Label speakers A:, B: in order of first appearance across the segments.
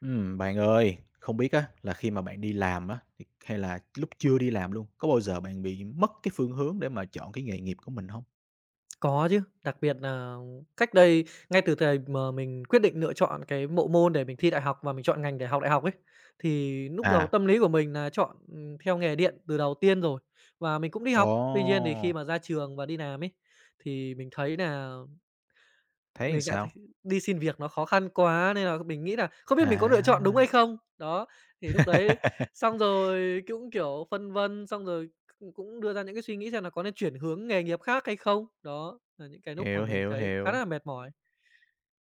A: Bạn ơi, không biết á là khi mà bạn đi làm á, thì hay là lúc chưa đi làm luôn, có bao giờ bạn bị mất cái phương hướng để mà chọn cái nghề nghiệp của mình không?
B: Có chứ, đặc biệt là cách đây ngay từ thời mà mình quyết định lựa chọn cái bộ môn để mình thi đại học và mình chọn ngành để học đại học ấy, thì lúc đầu
A: À,
B: tâm lý của mình là chọn, theo nghề điện từ đầu tiên rồi và mình cũng đi
A: ồ,
B: học. Tuy nhiên thì khi mà ra trường và đi làm ấy, thì mình thấy là
A: thấy làm
B: mình đã thấy
A: sao?
B: đi xin việc nó khó khăn quá nên là mình nghĩ là không biết mình có lựa chọn đúng hay
A: À,
B: không. Đó, thì lúc đấy xong rồi cũng, kiểu, phân vân, xong rồi cũng cũng đưa ra những cái suy nghĩ xem là có nên chuyển hướng nghề nghiệp khác hay không. Đó, là những cái lúc mà
A: hiểu,
B: mình
A: hiểu,
B: thấy khá
A: hiểu.
B: là mệt mỏi.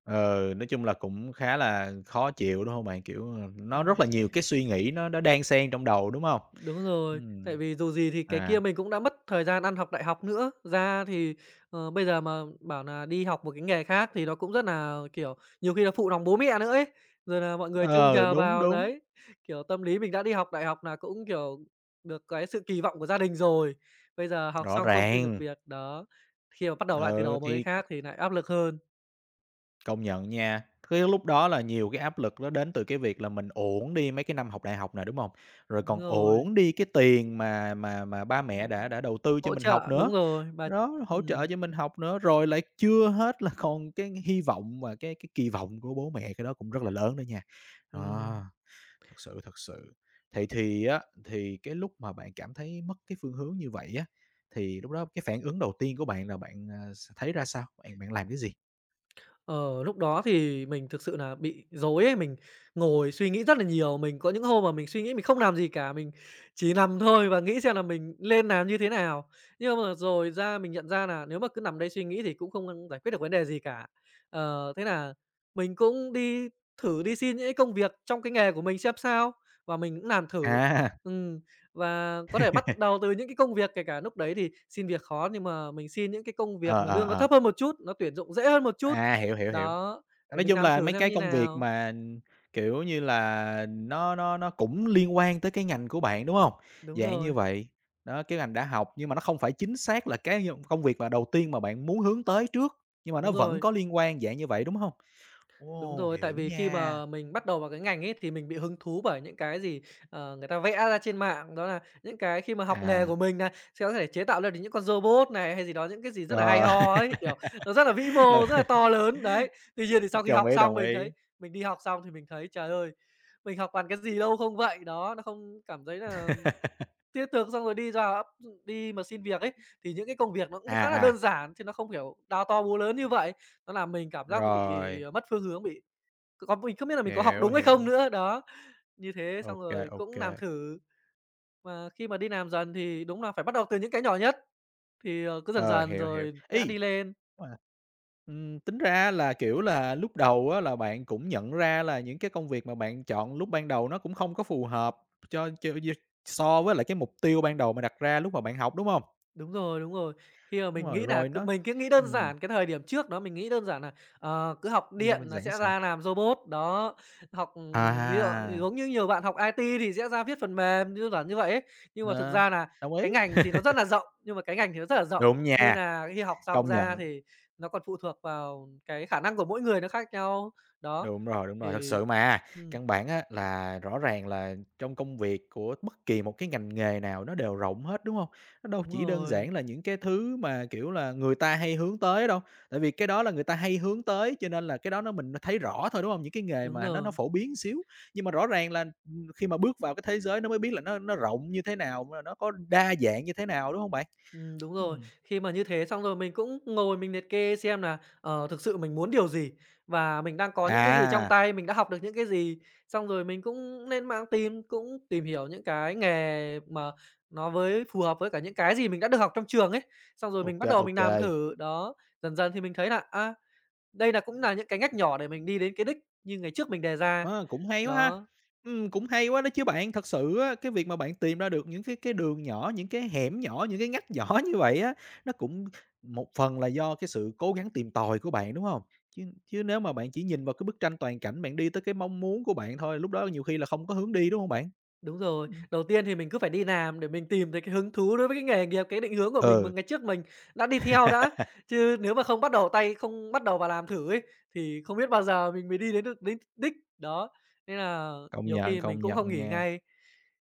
A: Ờ, nói chung là cũng khá là khó chịu, đúng không bạn? Kiểu, ờ, nó rất
B: Ừm.
A: là nhiều cái suy nghĩ nó đang xen trong đầu, đúng không?
B: Đúng rồi, tại
A: Ừm.
B: vì dù gì thì cái kia
A: À,
B: mình cũng đã mất thời gian ăn học đại học nữa. Ra thì, ờ, bây giờ mà bảo là đi học một cái nghề khác thì nó cũng rất là kiểu, nhiều khi là phụ lòng bố mẹ nữa ấy, rồi là mọi người trông
A: ờ,
B: chờ
A: đúng,
B: vào,
A: đúng,
B: đấy. Kiểu, tâm lý mình đã đi học đại học là cũng, kiểu, được cái sự kỳ vọng của gia đình rồi, bây giờ học
A: rõ
B: xong không xin được
A: ràng.
B: việc, đó, khi mà bắt đầu lại từ
A: Ờ
B: đầu một cái
A: thì
B: khác thì lại áp lực hơn.
A: công nhận nha. Cái lúc đó là nhiều cái áp lực nó đến từ cái việc là mình uổng đi mấy cái năm học đại học này đúng không? Rồi
B: Đúng
A: còn
B: rồi,
A: uổng đi cái tiền mà ba mẹ đã đầu tư cho
B: hỗ
A: mình học
B: trợ,
A: nữa,
B: đúng rồi, mà
A: đó, hỗ
B: ừm,
A: trợ cho mình học nữa, rồi lại chưa hết là còn cái hy vọng và cái kỳ vọng của bố mẹ, cái đó cũng rất là lớn đó nha.
B: ừm.
A: Đó, thật sự, thật sự. Thì á, thì cái lúc mà bạn cảm thấy mất cái phương hướng như vậy á, thì lúc đó cái phản ứng đầu tiên của bạn là bạn, à, thấy ra sao? Bạn bạn làm cái gì?
B: Ờ, lúc đó thì mình thực sự là bị rối ấy, mình ngồi suy nghĩ rất là nhiều. Mình có những hôm mà mình suy nghĩ mình không làm gì cả, mình chỉ nằm thôi và nghĩ xem là mình lên làm như thế nào. Nhưng mà rồi ra mình nhận ra là nếu mà cứ nằm đây suy nghĩ thì cũng không giải quyết được vấn đề gì cả. Ờ, thế là mình cũng đi thử đi xin những cái công việc trong cái nghề của mình xem sao, và mình cũng làm thử.
A: À,
B: Ừm, và có thể bắt đầu từ những cái công việc kể cả lúc đấy thì xin việc khó, nhưng mà mình xin những cái công việc
A: ờ,
B: mà
A: ờ,
B: lương nó
A: ờ.
B: thấp hơn một chút, nó tuyển dụng dễ hơn một chút,
A: À, hiểu, hiểu, hiểu.
B: đó, để
A: Nói
B: mình
A: chung
B: làm
A: là
B: thử
A: mấy
B: xem
A: cái
B: như
A: công việc
B: nào.
A: mà, kiểu như là, nó cũng liên quan tới cái ngành của bạn, đúng hông?
B: Đúng
A: Dạng như
B: rồi,
A: vậy, đó, cái ngành đã học nhưng mà nó không phải chính xác là cái công việc mà đầu tiên mà bạn muốn hướng tới trước, nhưng mà nó
B: đúng
A: vẫn
B: rồi.
A: có liên quan, dạng như vậy, đúng hông?
B: Đúng
A: Ồ,
B: rồi, tại
A: hiểu
B: vì khi
A: nha.
B: mà mình bắt đầu vào cái ngành ấy thì mình bị hứng thú bởi những cái gì, ờ, người ta vẽ ra trên mạng, đó là những cái khi mà học nghề
A: À,
B: của mình này, sẽ có thể chế tạo ra được những con robot này hay gì đó, những cái gì rất là hay
A: rồi,
B: ho ấy, kiểu, nó rất là vĩ
A: ừ,
B: mô, rất là to lớn, đấy. Tuy nhiên thì sau khi
A: đồng
B: học
A: ý,
B: xong
A: đồng
B: mình thấy
A: ý.
B: mình đi học xong thì mình thấy, trời ơi, mình học toàn cái gì đâu không vậy, đó, nó không cảm thấy là tin tưởng xong rồi đi ra áp đi mà xin việc ấy, thì những cái công việc nó cũng khá là
A: À,
B: đơn
A: à,
B: giản chứ nó không, kiểu, đao to búa lớn như vậy. Nó làm mình cảm giác bị
A: rồi,
B: ờ, mất phương hướng, bị còn mình không biết là mình có học
A: hiểu,
B: đúng hay không
A: hiểu.
B: nữa, đó. Như thế
A: Ô
B: xong
A: kê,
B: rồi
A: ô
B: cũng
A: kê.
B: làm thử, mà khi mà đi làm dần thì đúng là phải bắt đầu từ những cái nhỏ nhất, thì, ờ, cứ dần
A: Ờ,
B: dần
A: hiểu, hiểu.
B: rồi sẽ đi lên.
A: Đúng rồi. Tính ra là, kiểu là, lúc đầu á là bạn cũng nhận ra là những cái công việc mà bạn chọn lúc ban đầu nó cũng không có phù hợp cho d so với lại cái mục tiêu ban đầu mà đặt ra lúc mà bạn học, đúng hông?
B: Đúng rồi, đúng rồi. Khi mà
A: Đúng
B: mình
A: rồi,
B: nghĩ là
A: rồi
B: cứ
A: nó
B: mình cứ nghĩ đơn
A: ừm,
B: giản, cái thời điểm trước đó mình nghĩ đơn giản là ờ, cứ học
A: gì nữa,
B: điện
A: mình
B: là
A: giảng
B: sẽ
A: sao?
B: ra làm robot, đó. Học, ví dụ
A: À,
B: giống như nhiều bạn học IT thì sẽ ra viết phần mềm, như là như vậy ấy. Nhưng mà thực
A: nó
B: ra là
A: đồng ý,
B: cái ngành thì nó rất là rộng, nhưng mà cái ngành thì nó rất là rộng,
A: đúng
B: nên
A: nha,
B: là khi học xong
A: công
B: ra
A: nhận.
B: thì nó còn phụ thuộc vào cái khả năng của mỗi người nó khác nhau. Đó,
A: Đúng rồi, thật
B: thì
A: sự mà.
B: ừm,
A: Căn bản á là rõ ràng là trong công việc của bất kỳ một cái ngành nghề nào nó đều rộng hết, đúng không? Nó đâu
B: đúng
A: chỉ đơn
B: rồi,
A: giản là những cái thứ mà, kiểu là, người ta hay hướng tới đâu, tại vì cái đó là người ta hay hướng tới, cho nên là cái đó nó mình thấy rõ thôi, đúng không? Những cái nghề
B: đúng
A: mà nó
B: rồi.
A: phổ biến xíu, nhưng mà rõ ràng là, khi mà bước vào cái thế giới nó mới biết là nó rộng như thế nào, mà nó có đa dạng như thế nào, đúng không bạn?
B: Đúng rồi.
A: Ừm.
B: Khi mà như thế xong rồi mình cũng ngồi mình liệt kê xem là, ờ, thực sự mình muốn điều gì và mình đang có những cái gì trong
A: À,
B: tay, mình đã học được những cái gì. Xong rồi mình cũng lên mạng tìm, cũng tìm hiểu những cái nghề mà nó với phù hợp với cả những cái gì mình đã được học trong trường ấy. Xong rồi mình
A: ok
B: bắt đầu mình
A: ok.
B: làm thử, đó, dần dần thì mình thấy là, a, đây là cũng là những cái ngách nhỏ để mình đi đến cái đích như ngày trước mình đề ra,
A: Ờ, cũng hay quá ha!
B: đó.
A: Cũng hay quá đó chứ bạn. Thật sự á, cái việc mà bạn tìm ra được những cái đường nhỏ, những cái hẻm nhỏ, những cái ngách nhỏ như vậy á, nó cũng một phần là do cái sự cố gắng tìm tòi của bạn, đúng hông? Chứ chứ nếu mà bạn chỉ nhìn vào cái bức tranh toàn cảnh, bạn đi tới cái mong muốn của bạn thôi, lúc đó nhiều khi là không có hướng đi, đúng hông bạn?
B: Đúng rồi.
A: Ừm.
B: Đầu tiên thì mình cứ phải đi làm để mình tìm thấy cái hứng thú đối với cái nghề nghiệp, cái định hướng của mình mà
A: Ừ,
B: ngày trước mình đã đi theo đã. Chứ nếu mà không bắt đầu tay, không bắt đầu vào làm thử ấy, thì không biết bao giờ mình mới đi đến được đến đích. Đó, nên là nhiều khi mình
A: công
B: cũng không
A: nhận
B: nghỉ
A: nha.
B: ngay.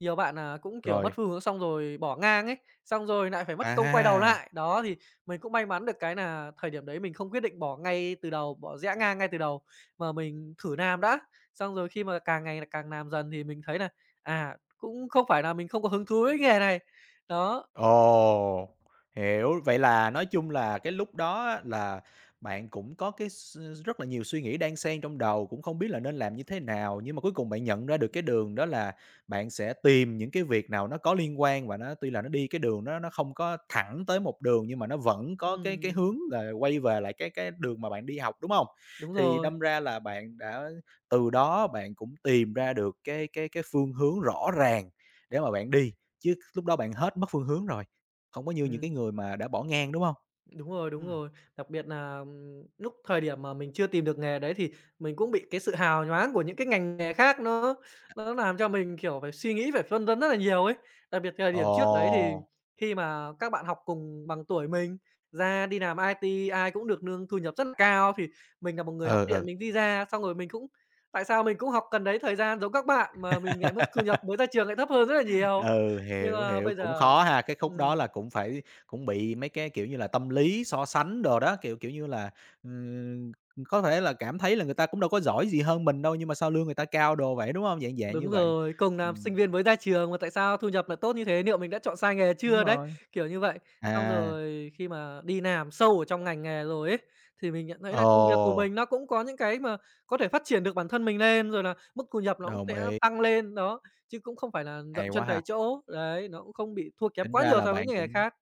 B: Nhiều bạn là cũng, kiểu, mất
A: Rồi,
B: phương hướng xong rồi bỏ ngang ấy, xong rồi lại phải mất công quay đầu
A: à!
B: lại. Đó, thì mình cũng may mắn được cái là thời điểm đấy mình không quyết định bỏ ngay từ đầu, bỏ rẽ ngang ngay từ đầu, mà mình thử làm đã. Xong rồi khi mà càng ngày là càng làm dần thì mình thấy là à, cũng không phải là mình không có hứng thú với nghề này. Đó,
A: Ồ, hiểu. Vậy là nói chung là cái lúc đó á, là bạn cũng có cái s rất là nhiều suy nghĩ đan xen trong đầu, cũng không biết là nên làm như thế nào, nhưng mà cuối cùng bạn nhận ra được cái đường đó là bạn sẽ tìm những cái việc nào nó có liên quan và nó tuy là nó đi cái đường nó không có thẳng tới một đường, nhưng mà nó vẫn có cái
B: ừm,
A: hướng là quay về lại cái đường mà bạn đi học, đúng không?
B: đúng
A: Thì
B: rồi,
A: đâm ra là bạn đã từ đó bạn cũng tìm ra được cái phương hướng rõ ràng để mà bạn đi. Chứ lúc đó bạn hết mất phương hướng rồi, không có như những
B: ừm.
A: cái người mà đã bỏ ngang, đúng không?
B: Đúng rồi, đúng
A: Ừm.
B: rồi. Đặc biệt là lúc thời điểm mà mình chưa tìm được nghề đấy thì mình cũng bị cái sự hào nhoáng của những cái ngành nghề khác nó làm cho mình, kiểu, phải suy nghĩ, phải phân vân rất là nhiều ấy. Đặc biệt thời
A: Ồ,
B: điểm trước đấy thì khi mà các bạn học cùng bằng tuổi mình ra đi làm IT ai cũng được lương thu nhập rất là cao, thì mình là một người học
A: ừ,
B: điện
A: ừ.
B: mình đi ra, xong rồi mình cũng tại sao mình cũng học cần đấy thời gian giống các bạn mà mình lại mức thu nhập mới ra trường lại thấp hơn rất là nhiều.
A: Ừ,
B: Nhưng
A: hiểu,
B: mà
A: hiểu,
B: bây
A: cũng
B: giờ
A: khó ha, cái khúc đó
B: ừm.
A: là cũng phải cũng bị mấy cái, kiểu như là, tâm lý so sánh đồ đó, kiểu kiểu như là, ừm, có thể là cảm thấy là người ta cũng đâu có giỏi gì hơn mình đâu, nhưng mà sao lương người ta cao đồ vậy, đúng không? Dạng dạng
B: Đúng
A: như vậy.
B: rồi, cùng làm sinh
A: Ừm,
B: viên mới ra trường mà tại sao thu nhập lại tốt như thế, liệu mình đã chọn sai nghề
A: đúng
B: chưa đấy,
A: rồi.
B: kiểu như vậy. Xong
A: À,
B: rồi khi mà đi làm sâu ở trong ngành nghề rồi ấy, thì mình nhận thấy
A: ồ,
B: là công việc của mình nó cũng có những cái mà có thể phát triển được bản thân mình lên, rồi là mức thu nhập nó cũng
A: đồng
B: sẽ
A: ý,
B: tăng lên, đó, chứ cũng không phải là
A: hay
B: dậm chân
A: quá
B: tại
A: ha.
B: chỗ. Đấy, nó cũng không bị thua kém
A: Tính
B: quá
A: ra
B: nhiều
A: là
B: so với
A: bạn
B: những nghề
A: cũng
B: khác.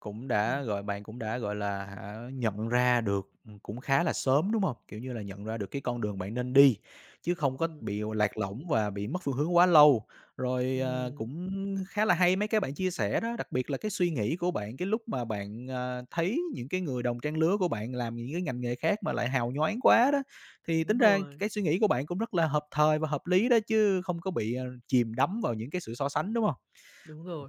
A: cũng
B: Ừm,
A: đã, gọi bạn cũng đã, gọi là, hả, nhận ra được, cũng khá là sớm, đúng không? Kiểu như là, nhận ra được cái con đường bạn nên đi, chứ không có
B: ừm,
A: bị lạc lõng và bị mất phương hướng quá lâu. Rồi, à,
B: ừm,
A: cũng khá là hay mấy cái bạn chia sẻ đó, đặc biệt là cái suy nghĩ của bạn cái lúc mà bạn, à, thấy những cái người đồng trang lứa của bạn làm những cái ngành nghề khác mà lại hào nhoáng quá đó, thì
B: đúng
A: tính ra
B: rồi.
A: cái suy nghĩ của bạn cũng rất là hợp thời và hợp lý đó, chứ không có bị, à, chìm đắm vào những cái sự so sánh, đúng không?
B: Đúng rồi.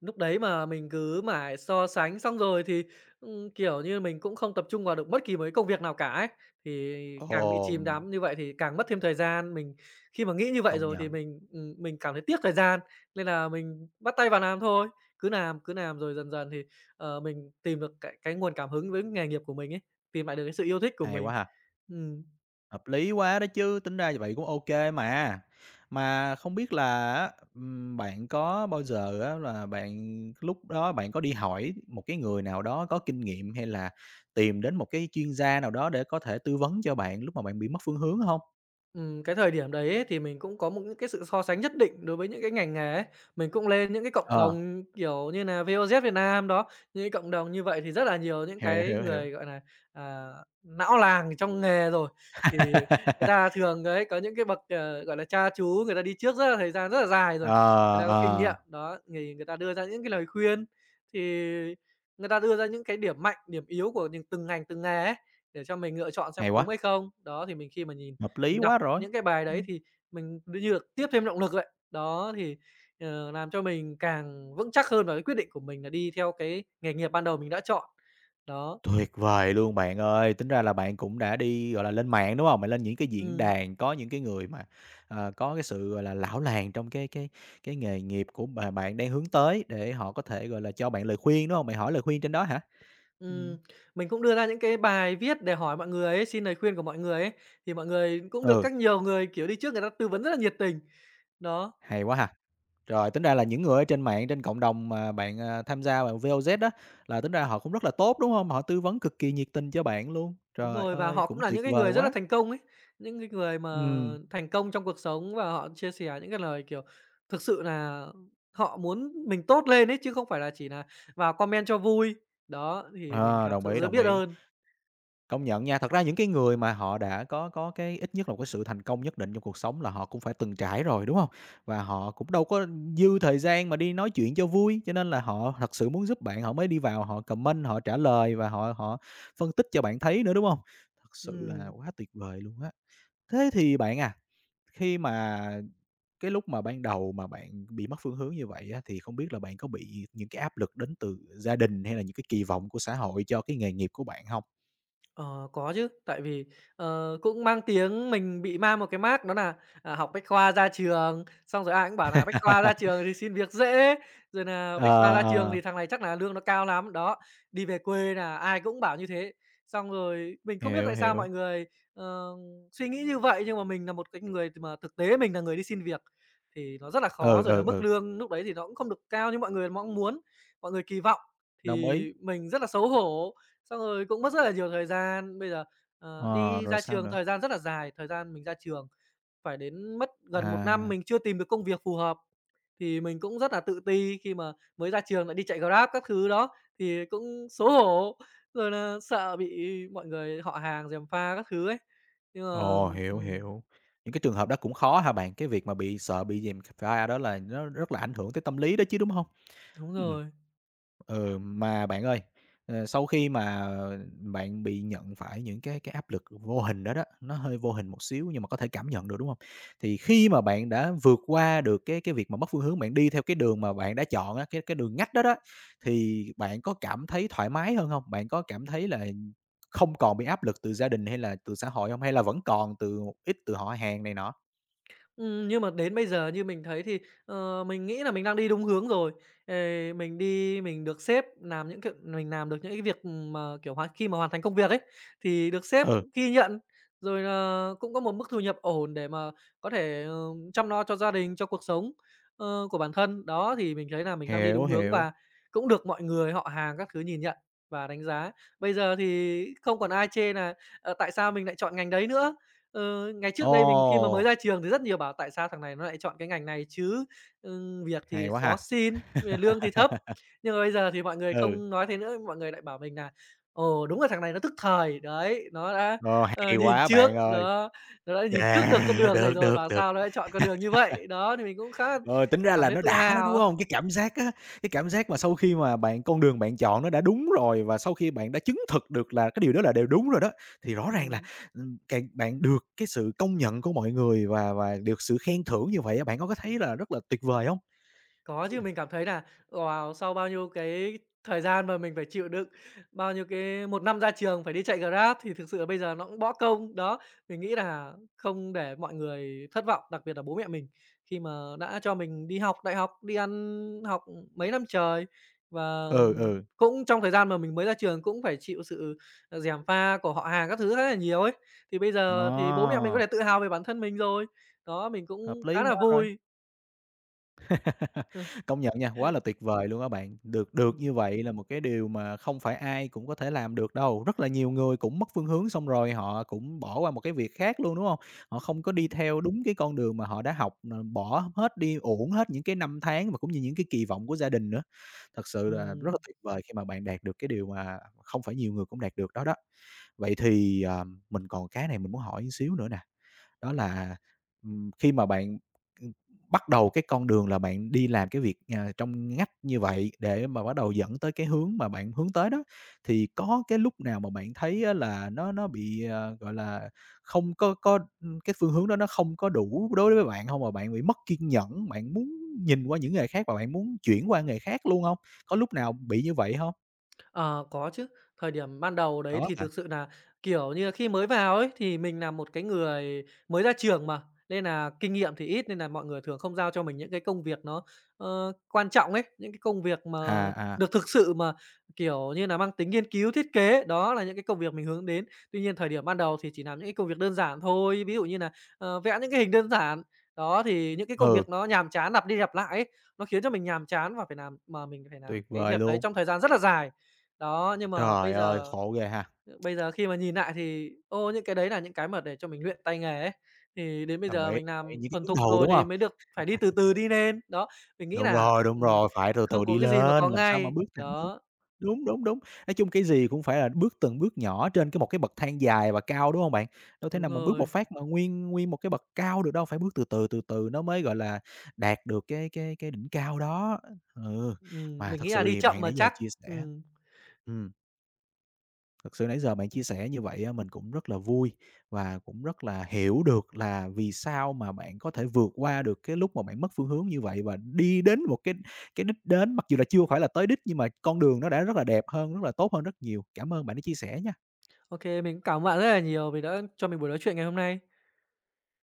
B: Lúc đấy mà mình cứ mải so sánh xong rồi thì, kiểu như, mình cũng không tập trung vào được bất kỳ một cái công việc nào cả ấy, thì
A: Ồ,
B: càng bị chìm đắm như vậy thì càng mất thêm thời gian. Mình khi mà nghĩ như vậy
A: công
B: rồi thì
A: nhận,
B: mình cảm thấy tiếc thời gian, nên là mình bắt tay vào làm thôi, cứ làm rồi dần dần thì, ờ, mình tìm được cái nguồn cảm hứng với nghề nghiệp của mình ấy, tìm lại được cái sự yêu thích của
A: hay
B: mình.
A: quá ha!
B: Ừm.
A: Hợp lý quá đó chứ, tính ra vậy cũng ok mà. Mà không biết là á, bạn có bao giờ á là bạn lúc đó bạn có đi hỏi một cái người nào đó có kinh nghiệm, hay là tìm đến một cái chuyên gia nào đó để có thể tư vấn cho bạn lúc mà bạn bị mất phương hướng không?
B: Cái thời điểm đấy ấy, thì mình cũng có một những cái sự so sánh nhất định đối với những cái ngành nghề ấy. Mình cũng lên những cái cộng
A: Ờ,
B: đồng, kiểu như nà, VOZ Việt Nam đó, những cái cộng đồng như vậy thì rất là nhiều những
A: hiểu,
B: cái
A: hiểu, hiểu.
B: người, gọi là à, não làng trong nghề rồi. Thì người ta thường đấy, có những cái bậc, ờ, gọi là, cha chú, người ta đi trước rất là thời gian rất là dài rồi,
A: Ờ,
B: người ta có kinh nghiệm,
A: ờ,
B: đó, thì người ta đưa ra những cái lời khuyên, thì người ta đưa ra những cái điểm mạnh, điểm yếu của những từng ngành, từng nghề ấy, để cho mình lựa chọn xem có
A: hay
B: đúng hay
A: quá,
B: không. Đó, thì mình khi mà nhìn
A: hợp lý
B: mình đọc
A: quá rồi.
B: những cái bài đấy
A: Ừm.
B: thì mình như được tiếp thêm động lực vậy. Đó, thì, ờ, làm cho mình càng vững chắc hơn vào cái quyết định của mình là đi theo cái nghề nghiệp ban đầu mình đã chọn. Đó,
A: Tuyệt vời luôn bạn ơi! Tính ra là bạn cũng đã đi, gọi là, lên mạng, đúng không? Bạn lên những cái diễn
B: ừm,
A: đàn có những cái người mà, ờ, có cái sự, gọi là, lão làng trong cái nghề nghiệp của mà bạn đang hướng tới để họ có thể, gọi là, cho bạn lời khuyên, đúng không? Bạn hỏi lời khuyên trên đó hả? Ừm.
B: ừm, mình cũng đưa ra những cái bài viết để hỏi mọi người ấy, xin lời khuyên của mọi người ấy, thì mọi người cũng được
A: Ừ,
B: các nhiều người, kiểu, đi trước người ta tư vấn rất là nhiệt tình. Đó.
A: hay quá ha! Rồi, tính ra là những người ở trên mạng, trên cộng đồng mà bạn, à, tham gia vào VOZ đó là tính ra họ cũng rất là tốt, đúng không? Họ tư vấn cực kỳ nhiệt tình cho bạn luôn.
B: Đúng
A: Trời
B: rồi, và
A: ơi,
B: họ
A: cũng
B: cũng là những
A: tuyệt
B: cái
A: vời
B: người rất là
A: quá!
B: thành công ấy, những cái người mà
A: Ừm,
B: thành công trong cuộc sống và họ chia sẻ những cái lời, kiểu, thực sự là họ muốn mình tốt lên ấy, chứ không phải là chỉ là vào comment cho vui. Đó, thì mình
A: ờ,
B: cảm
A: đồng
B: sự
A: ý,
B: rất
A: đồng
B: biết
A: ý.
B: ơn.
A: Công nhận nha, thật ra những cái người mà họ đã có cái ít nhất là một cái sự thành công nhất định trong cuộc sống là họ cũng phải từng trải rồi, đúng không? Và họ cũng đâu có dư thời gian mà đi nói chuyện cho vui, cho nên là họ thật sự muốn giúp bạn họ mới đi vào họ comment, họ trả lời và họ họ phân tích cho bạn thấy nữa, đúng không? Thật sự là
B: Ừm.
A: quá tuyệt vời luôn á. Thế thì bạn à, khi mà cái lúc mà ban đầu mà bạn bị mất phương hướng như vậy á, thì không biết là bạn có bị những cái áp lực đến từ gia đình hay là những cái kỳ vọng của xã hội cho cái nghề nghiệp của bạn không?
B: Ờ, có chứ, tại vì, cũng mang tiếng mình bị mang một cái mác đó là học Bách Khoa ra trường, xong rồi ai cũng bảo là "Bách Khoa ra trường thì xin việc dễ", rồi là "Bách Khoa
A: Ờ,
B: ra trường
A: ờ,
B: thì thằng này chắc là lương nó cao lắm", đó, đi về quê là ai cũng bảo như thế. Xong rồi mình không biết
A: hiểu,
B: tại sao mọi
A: hiểu.
B: người ờ, suy nghĩ như vậy, nhưng mà mình là một cái người mà thực tế mình là người đi xin việc thì nó rất là khó,
A: Ừ,
B: rồi là
A: ừ,
B: mức
A: ừ,
B: lương lúc đấy thì nó cũng không được cao như mọi người mong muốn, mọi người kỳ vọng,
A: đồng
B: thì
A: ý.
B: mình rất là xấu hổ. Xong rồi cũng mất rất là nhiều thời gian. Bây giờ,
A: Ờ,
B: đi
A: rồi
B: ra
A: sao
B: trường
A: nữa?
B: thời gian rất là dài, thời gian mình ra trường phải đến mất gần một năm
A: À,
B: mình chưa tìm được công việc phù hợp, thì mình cũng rất là tự ti khi mà mới ra trường lại đi chạy Grab các thứ đó, thì cũng xấu hổ, rồi là sợ bị mọi người họ hàng gièm pha các thứ ấy. Nhưng mà
A: ồ, hiểu,
B: ừm,
A: hiểu. Những cái trường hợp đó cũng khó hả bạn? Cái việc mà bị sợ bị dèm pha đó là nó rất là ảnh hưởng tới tâm lý đó chứ, đúng không?
B: Đúng
A: Ừm.
B: rồi.
A: Ừ, mà bạn ơi, ờ, sau khi mà bạn bị nhận phải những cái áp lực vô hình đó đó, nó hơi vô hình một xíu nhưng mà có thể cảm nhận được, đúng hông? Thì khi mà bạn đã vượt qua được cái việc mà mất phương hướng, bạn đi theo cái đường mà bạn đã chọn á, cái đường ngách đó đó, thì bạn có cảm thấy thoải mái hơn hông? Bạn có cảm thấy là không còn bị áp lực từ gia đình hay là từ xã hội hông? Hay là vẫn còn từ một ít từ họ hàng này nọ?
B: Nhưng mà đến bây giờ như mình thấy thì, mình nghĩ là mình đang đi đúng hướng rồi. Ờ, mình đi mình được sếp làm những cái mình làm được những cái việc mà, kiểu, hoàn khi mà hoàn thành công việc ấy, thì được sếp
A: Ừ,
B: ghi nhận, rồi là cũng có một mức thu nhập ổn để mà có thể, chăm lo cho gia đình, cho cuộc sống, của bản thân. Đó, thì mình thấy là mình đang đi
A: hiểu,
B: đúng hướng
A: hiểu.
B: và cũng được mọi người, họ hàng các thứ nhìn nhận và đánh giá. Bây giờ thì không còn ai chê là "Ờ, tại sao mình lại chọn ngành đấy nữa?" Ờ, ngày trước đây mình khi mà
A: Ồ,
B: mới ra trường thì rất nhiều bảo tại sao thằng này nó lại chọn cái ngành này chứ, việc
A: hay
B: thì
A: quá
B: khó
A: ha!
B: xin, rồi lương thì thấp. Nhưng mà bây giờ thì mọi người
A: Ừ.
B: không nói thế nữa, mọi người lại bảo mình nà "Ồ, đúng là thằng này nó thức thời." Đấy, nó đã,
A: Ờ, hay
B: nhìn
A: quá
B: trước,
A: bạn ơi!
B: nó đã nhìn trước được con
A: À,
B: đường này
A: được,
B: rồi,
A: được,
B: bảo
A: được.
B: sao nó lại chọn con đường như vậy. Đó, thì mình cũng khá là
A: Ờ, tính ra
B: cảm
A: là
B: thấy
A: nó
B: tự
A: đã lắm, đúng
B: hào.
A: không? Cái cảm giác á, cái cảm giác mà sau khi mà bạn con đường bạn chọn nó đã đúng rồi và sau khi bạn đã chứng thực được là cái điều đó là đều đúng rồi đó, thì rõ ràng là,
B: Ừm.
A: càng bạn được cái sự công nhận của mọi người và được sự khen thưởng như vậy á, bạn có thấy là rất là tuyệt vời không?
B: Có chứ, mình cảm thấy là wow, sau bao nhiêu cái thời gian mà mình phải chịu đựng, bao nhiêu cái một năm ra trường phải đi chạy Grab thì thực sự là bây giờ nó cũng bỏ công. Đó, mình nghĩ là không để mọi người thất vọng, đặc biệt là bố mẹ mình, khi mà đã cho mình đi học đại học, đi ăn học mấy năm trời và
A: Ừ,
B: cũng trong thời gian mà mình mới ra trường cũng phải chịu sự, gièm pha của họ hàng các thứ khá là nhiều ấy. Thì bây giờ thì bố mẹ
A: à,
B: mình có thể tự hào về bản thân mình rồi, đó, mình
A: hợp
B: cũng khá
A: lý
B: là
A: quá rồi.
B: vui.
A: Công nhận nha, quá là tuyệt vời luôn á bạn. Được
B: Ờ,
A: được
B: ừm,
A: như vậy là một cái điều mà không phải ai cũng có thể làm được đâu. Rất là nhiều người cũng mất phương hướng xong rồi họ cũng bỏ qua một cái việc khác luôn, đúng không? Họ không có
B: ừm,
A: đi theo đúng cái con đường mà họ đã học, ờ, bỏ hết đi, uổng hết những cái năm tháng và cũng như những cái kỳ vọng của gia đình nữa. Thật sự là rất là tuyệt vời khi mà bạn đạt được cái điều mà không phải nhiều người cũng đạt được đó đó. Vậy thì, ờ, mình còn cái này mình muốn hỏi một xíu nữa nè, đó là, khi mà bạn, ừm, bắt đầu cái con đường là bạn đi làm cái việc, à, trong ngách như vậy để mà bắt đầu dẫn tới cái hướng mà bạn hướng tới đó, thì có cái lúc nào mà bạn thấy á là nó bị, ờ, gọi là, không có có cái phương hướng đó nó không có đủ đối với bạn không mà bạn bị mất kiên nhẫn, bạn muốn nhìn qua những nghề khác và bạn muốn chuyển qua nghề khác luôn không? Có lúc nào bị như vậy không?
B: Ờ, có chứ. Thời điểm ban đầu đấy
A: Có
B: thì
A: hả?
B: thực sự là kiểu như là, khi mới vào ấy thì mình là một cái người mới ra trường mà, nên là kinh nghiệm thì ít, nên là mọi người thường không giao cho mình những cái công việc nó, quan trọng ấy, những cái công việc mà
A: À, à,
B: được thực sự mà, kiểu như là mang tính nghiên cứu, thiết kế. Đó là những cái công việc mình hướng đến. Tuy nhiên thời điểm ban đầu thì chỉ làm những cái công việc đơn giản thôi, ví dụ như là vẽ những cái hình đơn giản. Đó, thì những cái công
A: ừ,
B: việc nó nhàm chán lặp đi lặp lại ấy, nó khiến cho mình nhàm chán và phải làm mà mình phải làm
A: tuyệt
B: cái
A: vời
B: việc đấy
A: luôn.
B: trong thời gian rất là dài. Đó, nhưng mà
A: Trời ơi, khổ ghê ha.
B: bây giờ khi mà nhìn lại thì, ô, những cái đấy là những cái mà để cho mình luyện tay nghề ấy, thì đến bây
A: Đồng
B: giờ
A: ý,
B: mình
A: đồng ý,
B: làm
A: những cái
B: thuần
A: bước
B: thục
A: đầu,
B: rồi
A: đúng
B: thì
A: không?
B: mới được phải đi từ từ đi lên. Đó, mình nghĩ
A: Đúng
B: là
A: rồi, đúng
B: ừm,
A: rồi, phải từ từ
B: không có
A: đi
B: cái gì mà
A: lên,
B: có
A: làm sao mà
B: ngay.
A: bước thẳng được.
B: Đó,
A: Đúng. Nói chung cái gì cũng phải là bước từng bước nhỏ trên một cái bậc thang dài và cao, đúng hông bạn? Đâu thể
B: đúng
A: nào mà bước
B: rồi.
A: một phát mà nguyên nguyên một cái bậc cao được đâu, phải bước từ từ, từ từ nó mới, gọi là, đạt được cái đỉnh cao đó. Ừ, mà
B: Mình nghĩ
A: thật
B: là
A: sự
B: đi
A: thì
B: chậm
A: bạn
B: mà
A: nãy giờ
B: chắc.
A: chia sẻ
B: Ừm,
A: ừm. Thực sự nãy giờ bạn chia sẻ như vậy á, mình cũng rất là vui và cũng rất là hiểu được là vì sao mà bạn có thể vượt qua được cái lúc mà bạn mất phương hướng như vậy và đi đến một cái đích đến, mặc dù là chưa phải là tới đích nhưng mà con đường nó đã rất là đẹp hơn, rất là tốt hơn rất nhiều. Cảm ơn bạn đã chia sẻ nha.
B: Ô, mình cũng cảm ơn bạn rất là nhiều vì đã cho mình buổi nói chuyện ngày hôm nay.